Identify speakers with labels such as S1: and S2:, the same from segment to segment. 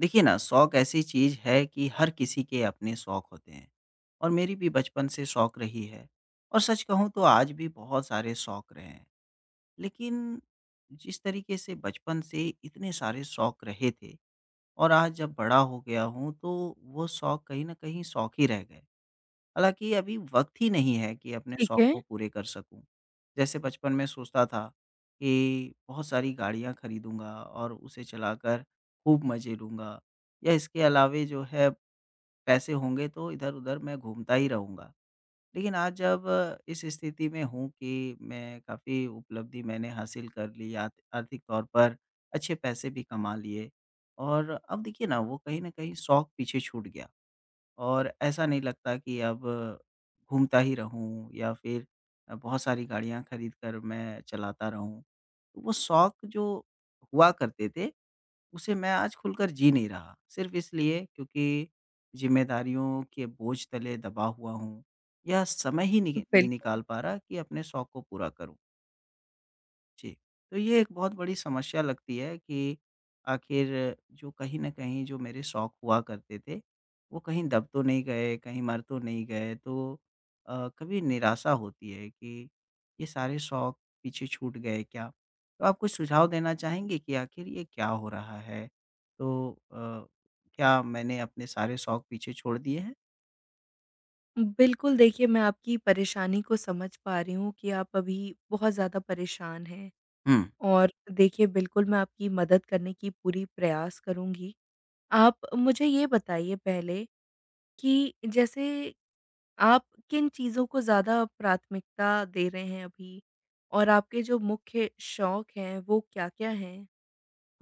S1: देखिए ना, शौक ऐसी चीज़ है कि हर किसी के अपने शौक होते हैं और मेरी भी बचपन से शौक रही है और सच कहूँ तो आज भी बहुत सारे शौक रहे हैं। लेकिन जिस तरीके से बचपन से इतने सारे शौक रहे थे और आज जब बड़ा हो गया हूँ, तो वो शौक कहीं न कहीं शौक ही रह गए। हालाँकि अभी वक़्त ही नहीं है कि अपने
S2: ठीक
S1: शौक
S2: है।
S1: को पूरे कर सकूँ। जैसे बचपन में सोचता था कि बहुत सारी गाड़ियाँ खरीदूँगा और उसे चलाकर खूब मज़े लूँगा, या इसके अलावे जो है पैसे होंगे तो इधर-उधर मैं घूमता ही रहूँगा। लेकिन आज जब इस स्थिति में हूँ कि मैं काफ़ी उपलब्धि मैंने हासिल कर ली आर्थिक तौर पर, अच्छे पैसे भी कमा लिए, और अब देखिए ना वो कहीं न कहीं शौक पीछे छूट गया। और ऐसा नहीं लगता कि अब घूमता ही रहूँ या फिर बहुत सारी गाड़ियाँ खरीद कर मैं चलाता रहूँ। तो वो शौक जो हुआ करते थे, उसे मैं आज खुलकर जी नहीं रहा। सिर्फ़ इसलिए क्योंकि ज़िम्मेदारियों के बोझ तले दबा हुआ हूँ या समय ही नहीं नहीं
S2: बिल
S1: निकाल पा रहा कि अपने शौक को पूरा करूँ। जी। तो ये एक बहुत बड़ी समस्या लगती है कि आखिर जो कहीं न कहीं जो मेरे शौक हुआ करते थे, वो कहीं दब तो नहीं गए, कहीं मर तो नहीं गए। तो कभी निराशा होती है कि ये सारे शौक पीछे छूट गए क्या? तो आप कुछ सुझाव देना चाहेंगे कि आखिर ये क्या हो रहा है? तो क्या मैंने अपने सारे शौक पीछे छोड़ दिए हैं?
S2: बिल्कुल, देखिए मैं आपकी परेशानी को समझ पा रही हूँ कि आप अभी बहुत ज़्यादा परेशान हैं।
S1: हुँ।
S2: और देखिए बिल्कुल मैं आपकी मदद करने की पूरी प्रयास करूँगी। आप मुझे ये बताइए पहले कि जैसे आप किन चीज़ों को ज़्यादा प्राथमिकता दे रहे हैं अभी? और आपके जो मुख्य शौक हैं वो क्या-क्या हैं?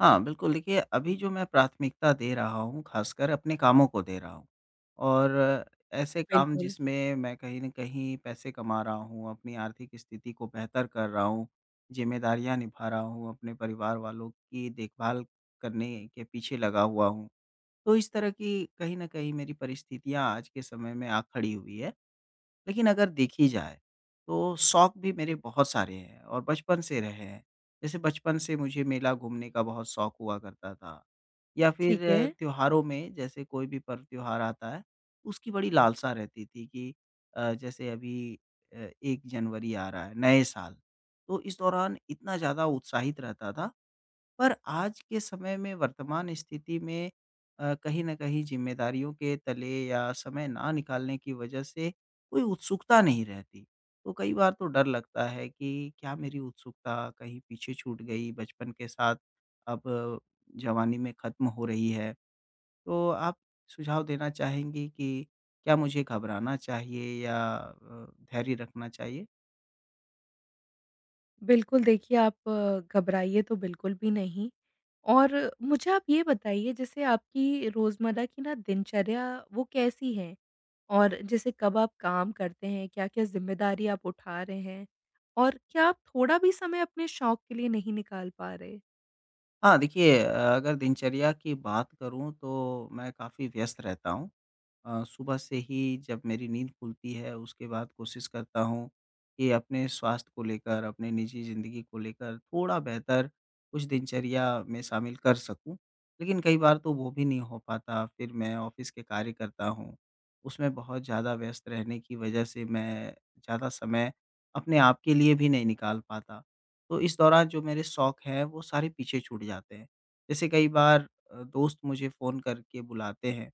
S1: हाँ, बिल्कुल, देखिए अभी जो मैं प्राथमिकता दे रहा हूँ, ख़ासकर अपने कामों को दे रहा हूँ, और ऐसे काम
S2: बिल्कुल,
S1: जिसमें मैं कहीं न कहीं पैसे कमा रहा हूँ, अपनी आर्थिक स्थिति को बेहतर कर रहा हूँ, ज़िम्मेदारियाँ निभा रहा हूँ, अपने परिवार वालों की देखभाल करने के पीछे लगा हुआ हूँ। तो इस तरह की कहीं न कहीं मेरी परिस्थितियाँ आज के समय में आ खड़ी हुई है। लेकिन अगर देखी जाए, तो शौक भी मेरे बहुत सारे हैं और बचपन से रहे हैं। जैसे बचपन से मुझे मेला घूमने का बहुत शौक हुआ करता था, या फिर
S2: ठीक है।
S1: त्योहारों में जैसे कोई भी पर्व त्योहार आता है, उसकी बड़ी लालसा रहती थी कि जैसे अभी 1 जनवरी आ रहा है, नए साल, तो इस दौरान इतना ज़्यादा उत्साहित रहता था। पर आज के समय में वर्तमान स्थिति में कहीं न कहीं ज़िम्मेदारियों के तले या समय ना निकालने की वजह से कोई उत्सुकता नहीं रहती। तो कई बार तो डर लगता है कि क्या मेरी उत्सुकता कहीं पीछे छूट गई बचपन के साथ, अब जवानी में ख़त्म हो रही है। तो आप सुझाव देना चाहेंगी कि क्या मुझे घबराना चाहिए या धैर्य रखना चाहिए?
S2: बिल्कुल देखिए, आप घबराइए तो बिल्कुल भी नहीं। और मुझे आप ये बताइए, जैसे आपकी रोज़मर्रा की ना दिनचर्या वो कैसी है? और जैसे कब आप काम करते हैं? क्या-क्या ज़िम्मेदारी आप उठा रहे हैं? और क्या आप थोड़ा भी समय अपने शौक के लिए नहीं निकाल पा रहे?
S1: हाँ, देखिए अगर दिनचर्या की बात करूँ तो मैं काफ़ी व्यस्त रहता हूँ। सुबह से ही जब मेरी नींद खुलती है उसके बाद कोशिश करता हूँ कि अपने स्वास्थ्य को लेकर, अपने निजी ज़िंदगी को लेकर थोड़ा बेहतर कुछ दिनचर्या में शामिल कर सकूँ। लेकिन कई बार तो वो भी नहीं हो पाता, फिर मैं ऑफ़िस के कार्य करता हूँ। उसमें बहुत ज़्यादा व्यस्त रहने की वजह से मैं ज़्यादा समय अपने आप के लिए भी नहीं निकाल पाता। तो इस दौरान जो मेरे शौक हैं वो सारे पीछे छूट जाते हैं। जैसे कई बार दोस्त मुझे फ़ोन करके बुलाते हैं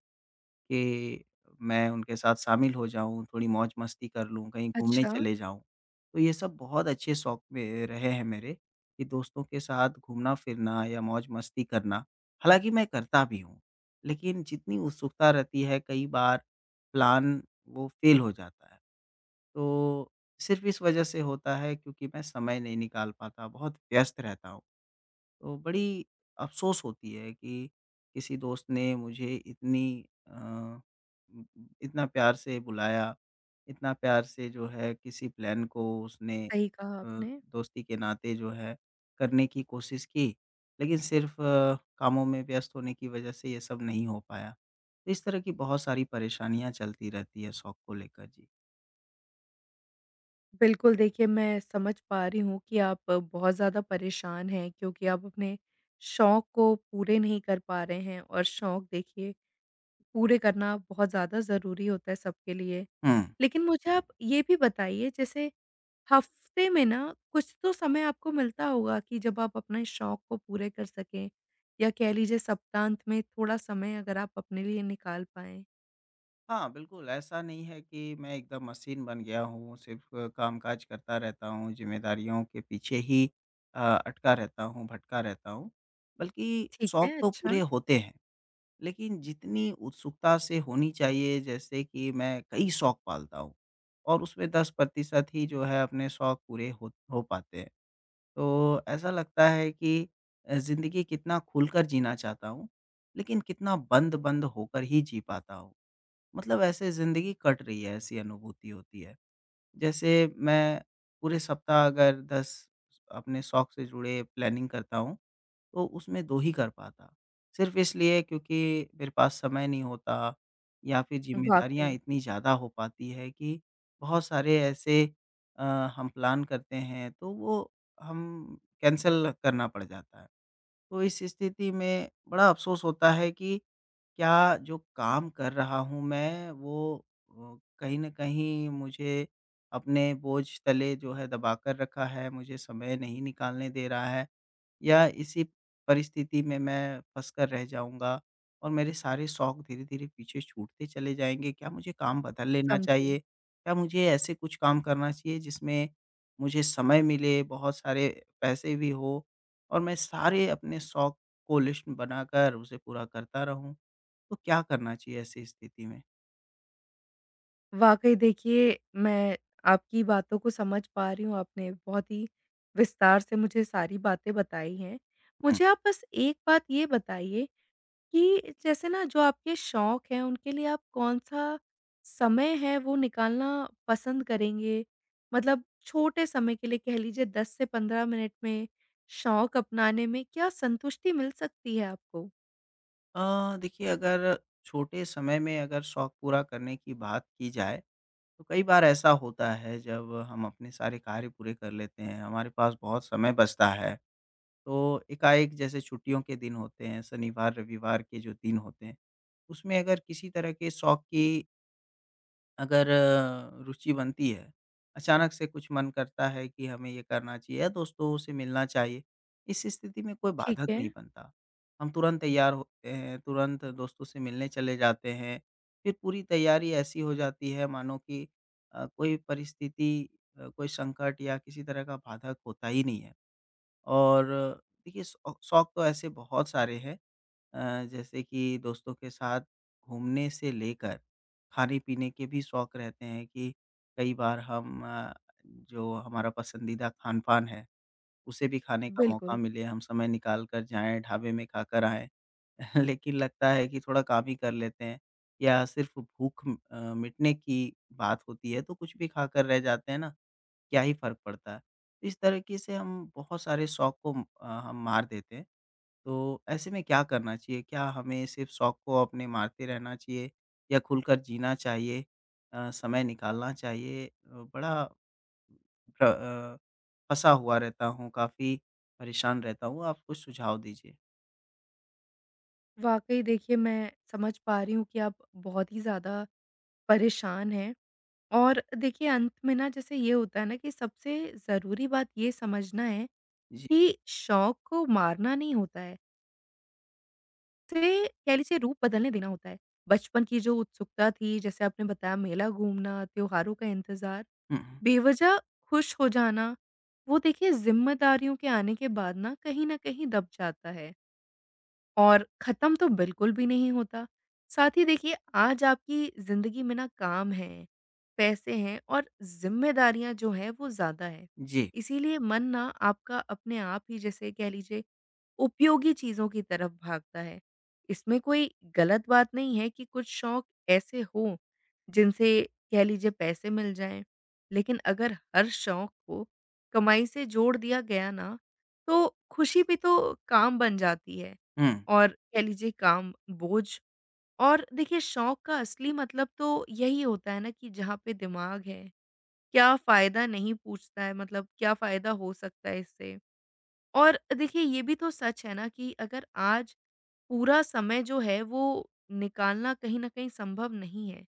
S1: कि मैं उनके साथ शामिल हो जाऊँ, थोड़ी मौज-मस्ती कर लूँ, कहीं घूमने
S2: अच्छा,
S1: चले जाऊँ। तो ये सब बहुत अच्छे शौक में रहे हैं मेरे कि दोस्तों के साथ घूमना-फिरना या मौज-मस्ती करना। हालाँकि मैं करता भी हूँ, लेकिन जितनी उत्सुकता रहती है कई बार, प्लान वो फ़ेल हो जाता है। तो सिर्फ़ इस वजह से होता है क्योंकि मैं समय नहीं निकाल पाता, बहुत व्यस्त रहता हूँ। तो बड़ी अफ़सोस होती है कि किसी दोस्त ने मुझे इतनी अ, उ इतना प्यार से बुलाया, इतना प्यार से जो है किसी प्लान को उसने
S2: सही
S1: अ,
S2: कहा आपने।
S1: दोस्ती के नाते जो है करने की कोशिश की, लेकिन सिर्फ़ कामों में व्यस्त होने की वजह से ये सब नहीं हो पाया। तो इस तरह की बहुत सारी परेशानियाँ चलती रहती है शौक को लेकर। जी।
S2: बिल्कुल देखिए, मैं समझ पा रही हूँ कि आप बहुत ज़्यादा परेशान हैं, क्योंकि आप अपने शौक को पूरे नहीं कर पा रहे हैं। और शौक देखिए, पूरे करना बहुत ज़्यादा ज़रूरी होता है सबके लिए।
S1: हुँ।
S2: लेकिन मुझे आप ये भी बताइए, जैसे हफ्ते में ना कुछ तो समय आपको मिलता होगा कि जब आप अपने शौक को पूरे कर सकें, या कह लीजिए सप्तांत में थोड़ा समय अगर आप अपने लिए निकाल पाएँ।
S1: हाँ, बिल्कुल, ऐसा नहीं है कि मैं एकदम मशीन बन गया हूँ, सिर्फ़ कामकाज करता रहता हूँ, ज़िम्मेदारियों के पीछे ही अ, अटका रहता हूँ, भटका रहता हूँ। बल्कि
S2: ठीक
S1: शौक
S2: है,
S1: तो
S2: अच्छा।
S1: पूरे होते हैं, लेकिन जितनी उत्सुकता से होनी चाहिए, जैसे कि मैं कई शौक पालता हूँ और उसमें 10% ही जो है अपने शौक पूरे हो पाते हैं। तो ऐसा लगता है कि ज़िंदगी कितना खुलकर जीना चाहता हूँ, लेकिन कितना बंद-बंद होकर ही जी पाता हूँ। मतलब ऐसे ज़िंदगी कट रही है, ऐसी अनुभूति होती है। जैसे मैं पूरे सप्ताह अगर 10 अपने शौक से जुड़े प्लानिंग करता हूँ, तो उसमें 2 ही कर पाता। सिर्फ़ इसलिए क्योंकि मेरे पास समय नहीं होता या फिर ज़िम्मेदारियाँ
S2: वाक़ई,
S1: इतनी ज़्यादा हो पाती है कि बहुत सारे ऐसे अ, हम प्लान करते हैं, तो वो हम कैंसल करना पड़ जाता है। तो इस स्थिति में बड़ा अफ़सोस होता है कि क्या जो काम कर रहा हूँ मैं वो कहीं न कहीं मुझे अपने बोझ तले जो है दबा कर रखा है, मुझे समय नहीं निकालने दे रहा है। या इसी परिस्थिति में मैं फँसकर रह जाऊँगा और मेरे सारे शौक धीरे-धीरे पीछे छूटते चले जाएँगे? क्या मुझे काम बदल लेना
S2: समझी।
S1: चाहिए? क्या मुझे ऐसे कुछ काम करना चाहिए जिसमें मुझे समय मिले, बहुत सारे पैसे भी हो और मैं सारे अपने शौक को लिस्ट बनाकर उसे पूरा करता रहूँ? तो क्या करना चाहिए ऐसी स्थिति में?
S2: वाक़ई देखिए, मैं आपकी बातों को समझ पा रही हूँ, आपने बहुत ही विस्तार से मुझे सारी बातें बताई हैं।
S1: हुँ।
S2: मुझे आप बस एक बात ये बताइए कि जैसे ना जो आपके शौक हैं, उनके लिए आप कौन-सा समय है वो निकालना पसंद करेंगे? मतलब छोटे समय के लिए कह लीजिए 10 से 15 मिनट में शौक अपनाने में क्या संतुष्टि मिल सकती है आपको?
S1: देखिए अगर छोटे समय में अगर शौक पूरा करने की बात की जाए, तो कई बार ऐसा होता है जब हम अपने सारे कार्य पूरे कर लेते हैं, हमारे पास बहुत समय बचता है, तो एकाएक जैसे छुट्टियों के दिन होते हैं, शनिवार-रविवार के जो दिन होते हैं, उसमें अगर किसी तरह के शौक की अगर रुचि बनती है, अचानक से कुछ मन करता है कि हमें ये करना चाहिए या दोस्तों से मिलना चाहिए, इस स्थिति में कोई
S2: ठीक
S1: बाधक
S2: है,
S1: नहीं बनता। हम तुरंत तैयार होते हैं, तुरंत दोस्तों से मिलने चले जाते हैं, फिर पूरी तैयारी ऐसी हो जाती है मानो कि कोई परिस्थिति कोई संकट या किसी तरह का बाधक होता ही नहीं है। और देखिए शौ शौक तो ऐसे बहुत सारे हैं, जैसे कि दोस्तों के साथ घूमने से लेकर खाने-पीने के भी शौक रहते हैं कि कई बार हम, जो हमारा पसंदीदा खान-पान है, उसे भी खाने का मौका
S2: बिल्कुल।
S1: मिले, हम समय निकाल कर जाएँ, ढाबे में खाकर आएँ। लेकिन लगता है कि थोड़ा काम ही कर लेते हैं या सिर्फ़ भूख मिटने की बात होती है, तो कुछ भी खाकर रह जाते हैं ना, क्या ही फ़र्क पड़ता है। इस तरीके से हम बहुत सारे शौक को हम मार देते हैं। तो ऐसे में क्या करना चाहिए? क्या हमें सिर्फ़ शौक को अपने मारते रहना चाहिए या खुलकर जीना चाहिए? समय निकालना चाहिए? बड़ा प्र अ, फँसा हुआ रहता हूँ, काफ़ी परेशान रहता हूँ। आप कुछ सुझाव दीजिए।
S2: वाक़ई देखिए, मैं समझ पा रही हूँ कि आप बहुत ही ज़्यादा परेशान हैं। और देखिए, अंत में ना जैसे ये होता है ना, कि सबसे ज़रूरी बात ये समझना है
S1: जी।
S2: कि शौक को मारना नहीं होता है। से कह लीजिए रूप बदलने देना होता है। बचपन की जो उत्सुकता थी, जैसे आपने बताया मेला घूमना, त्योहारों का इंतज़ार,
S1: हुँ, हुँ।
S2: बेवजह खुश हो जाना, वो देखिए ज़िम्मेदारियों के आने के बाद ना कहीं न कहीं दब जाता है, और ख़त्म तो बिल्कुल भी नहीं होता। साथ ही देखिए, आज आपकी ज़िंदगी में ना काम है, पैसे हैं, और ज़िम्मेदारियाँ जो हैं वो ज़्यादा हैं।
S1: जी।
S2: इसीलिए मन ना आपका अपने आप ही, जैसे कह लीजिए, उपयोगी चीज़ों की तरफ भागता है। इसमें कोई गलत बात नहीं है कि कुछ शौक ऐसे हों, जिनसे कह लीजिए पैसे मिल जाएँ। लेकिन अगर हर शौक को कमाई से जोड़ दिया गया ना, तो खुशी भी तो काम बन जाती है,
S1: हुँ,
S2: और कह लीजिए काम बोझ। और देखिए, शौक का असली मतलब तो यही होता है ना कि जहाँ पे दिमाग है, क्या फ़ायदा नहीं पूछता है, मतलब क्या फ़ायदा हो सकता है इससे? और देखिए, ये भी तो सच है ना कि अगर आज पूरा समय जो है वो निकालना कहीं न कहीं संभव नहीं है।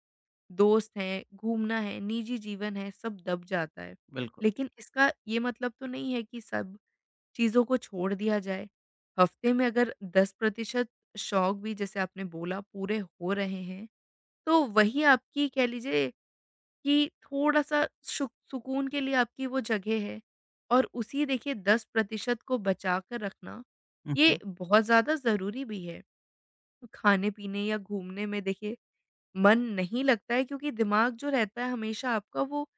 S2: दोस्त हैं, घूमना है, निजी जीवन है, सब दब जाता है।
S1: बिल्कुल।
S2: लेकिन इसका ये मतलब तो नहीं है कि सब चीज़ों को छोड़ दिया जाए। हफ्ते में अगर 10% शौक भी जैसे आपने बोला पूरे हो रहे हैं, तो वही आपकी कह लीजिए कि थोड़ा-सा सुकून के लिए आपकी वो जगह है। और उसी देखिए 10% को बचा कर रखना,
S1: हुँ,
S2: ये
S1: हुँ।
S2: बहुत ज़्यादा ज़रूरी भी है। खाने-पीने या घूमने में देखिए मन नहीं लगता है, क्योंकि दिमाग जो रहता है हमेशा आपका, वो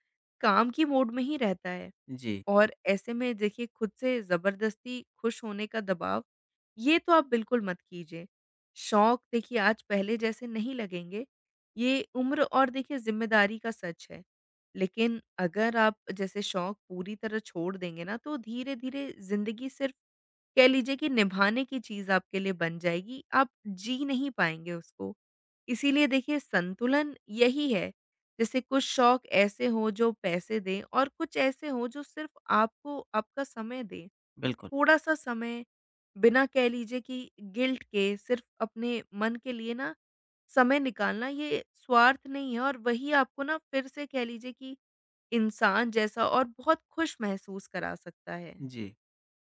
S2: काम की मोड में ही रहता है।
S1: जी,
S2: और ऐसे में देखिए, खुद से ज़बरदस्ती खुश होने का दबाव, ये तो आप बिल्कुल मत कीजिए। शौक देखिए आज पहले जैसे नहीं लगेंगे, ये उम्र और देखिए ज़िम्मेदारी का सच है। लेकिन अगर आप जैसे शौक पूरी तरह छोड़ देंगे ना, तो धीरे-धीरे ज़िंदगी सिर्फ़ कह लीजिए कि निभाने की चीज़ आपके लिए बन जाएगी, आप जी नहीं पाएँगे उसको। इसीलिए देखिए, संतुलन यही है, जैसे कुछ शौक ऐसे हों जो पैसे दें, और कुछ ऐसे हों जो सिर्फ़ आपको आपका समय दें।
S1: बिल्कुल।
S2: थोड़ा-सा समय बिना कह लीजिए कि गिल्ट के, सिर्फ़ अपने मन के लिए ना समय निकालना, ये स्वार्थ नहीं है, और वही आपको ना फिर से कह लीजिए कि इंसान जैसा और बहुत खुश महसूस करा सकता है।
S1: जी।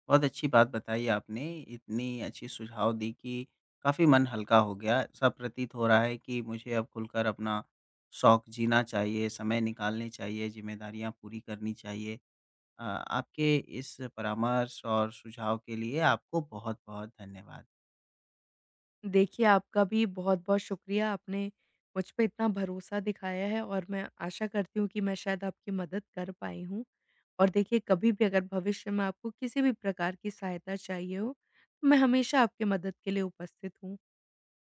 S1: बहुत अच्छी बात बताई आपने, इतनी अच्छी सुझाव दी कि काफ़ी मन हल्का हो गया। ऐसा प्रतीत हो रहा है कि मुझे अब खुलकर अपना शौक जीना चाहिए, समय निकालने चाहिए, ज़िम्मेदारियाँ पूरी करनी चाहिए। आपके इस परामर्श और सुझाव के लिए आपको बहुत-बहुत धन्यवाद।
S2: देखिए, आपका भी बहुत-बहुत शुक्रिया। आपने मुझ पे इतना भरोसा दिखाया है, और मैं आशा करती हूँ कि मैं शायद आपकी मदद कर पाई हूँ। और देखिए, कभी भी अगर भविष्य में आपको किसी भी प्रकार की सहायता चाहिए हो, तो मैं हमेशा आपकी मदद के लिए उपस्थित हूँ।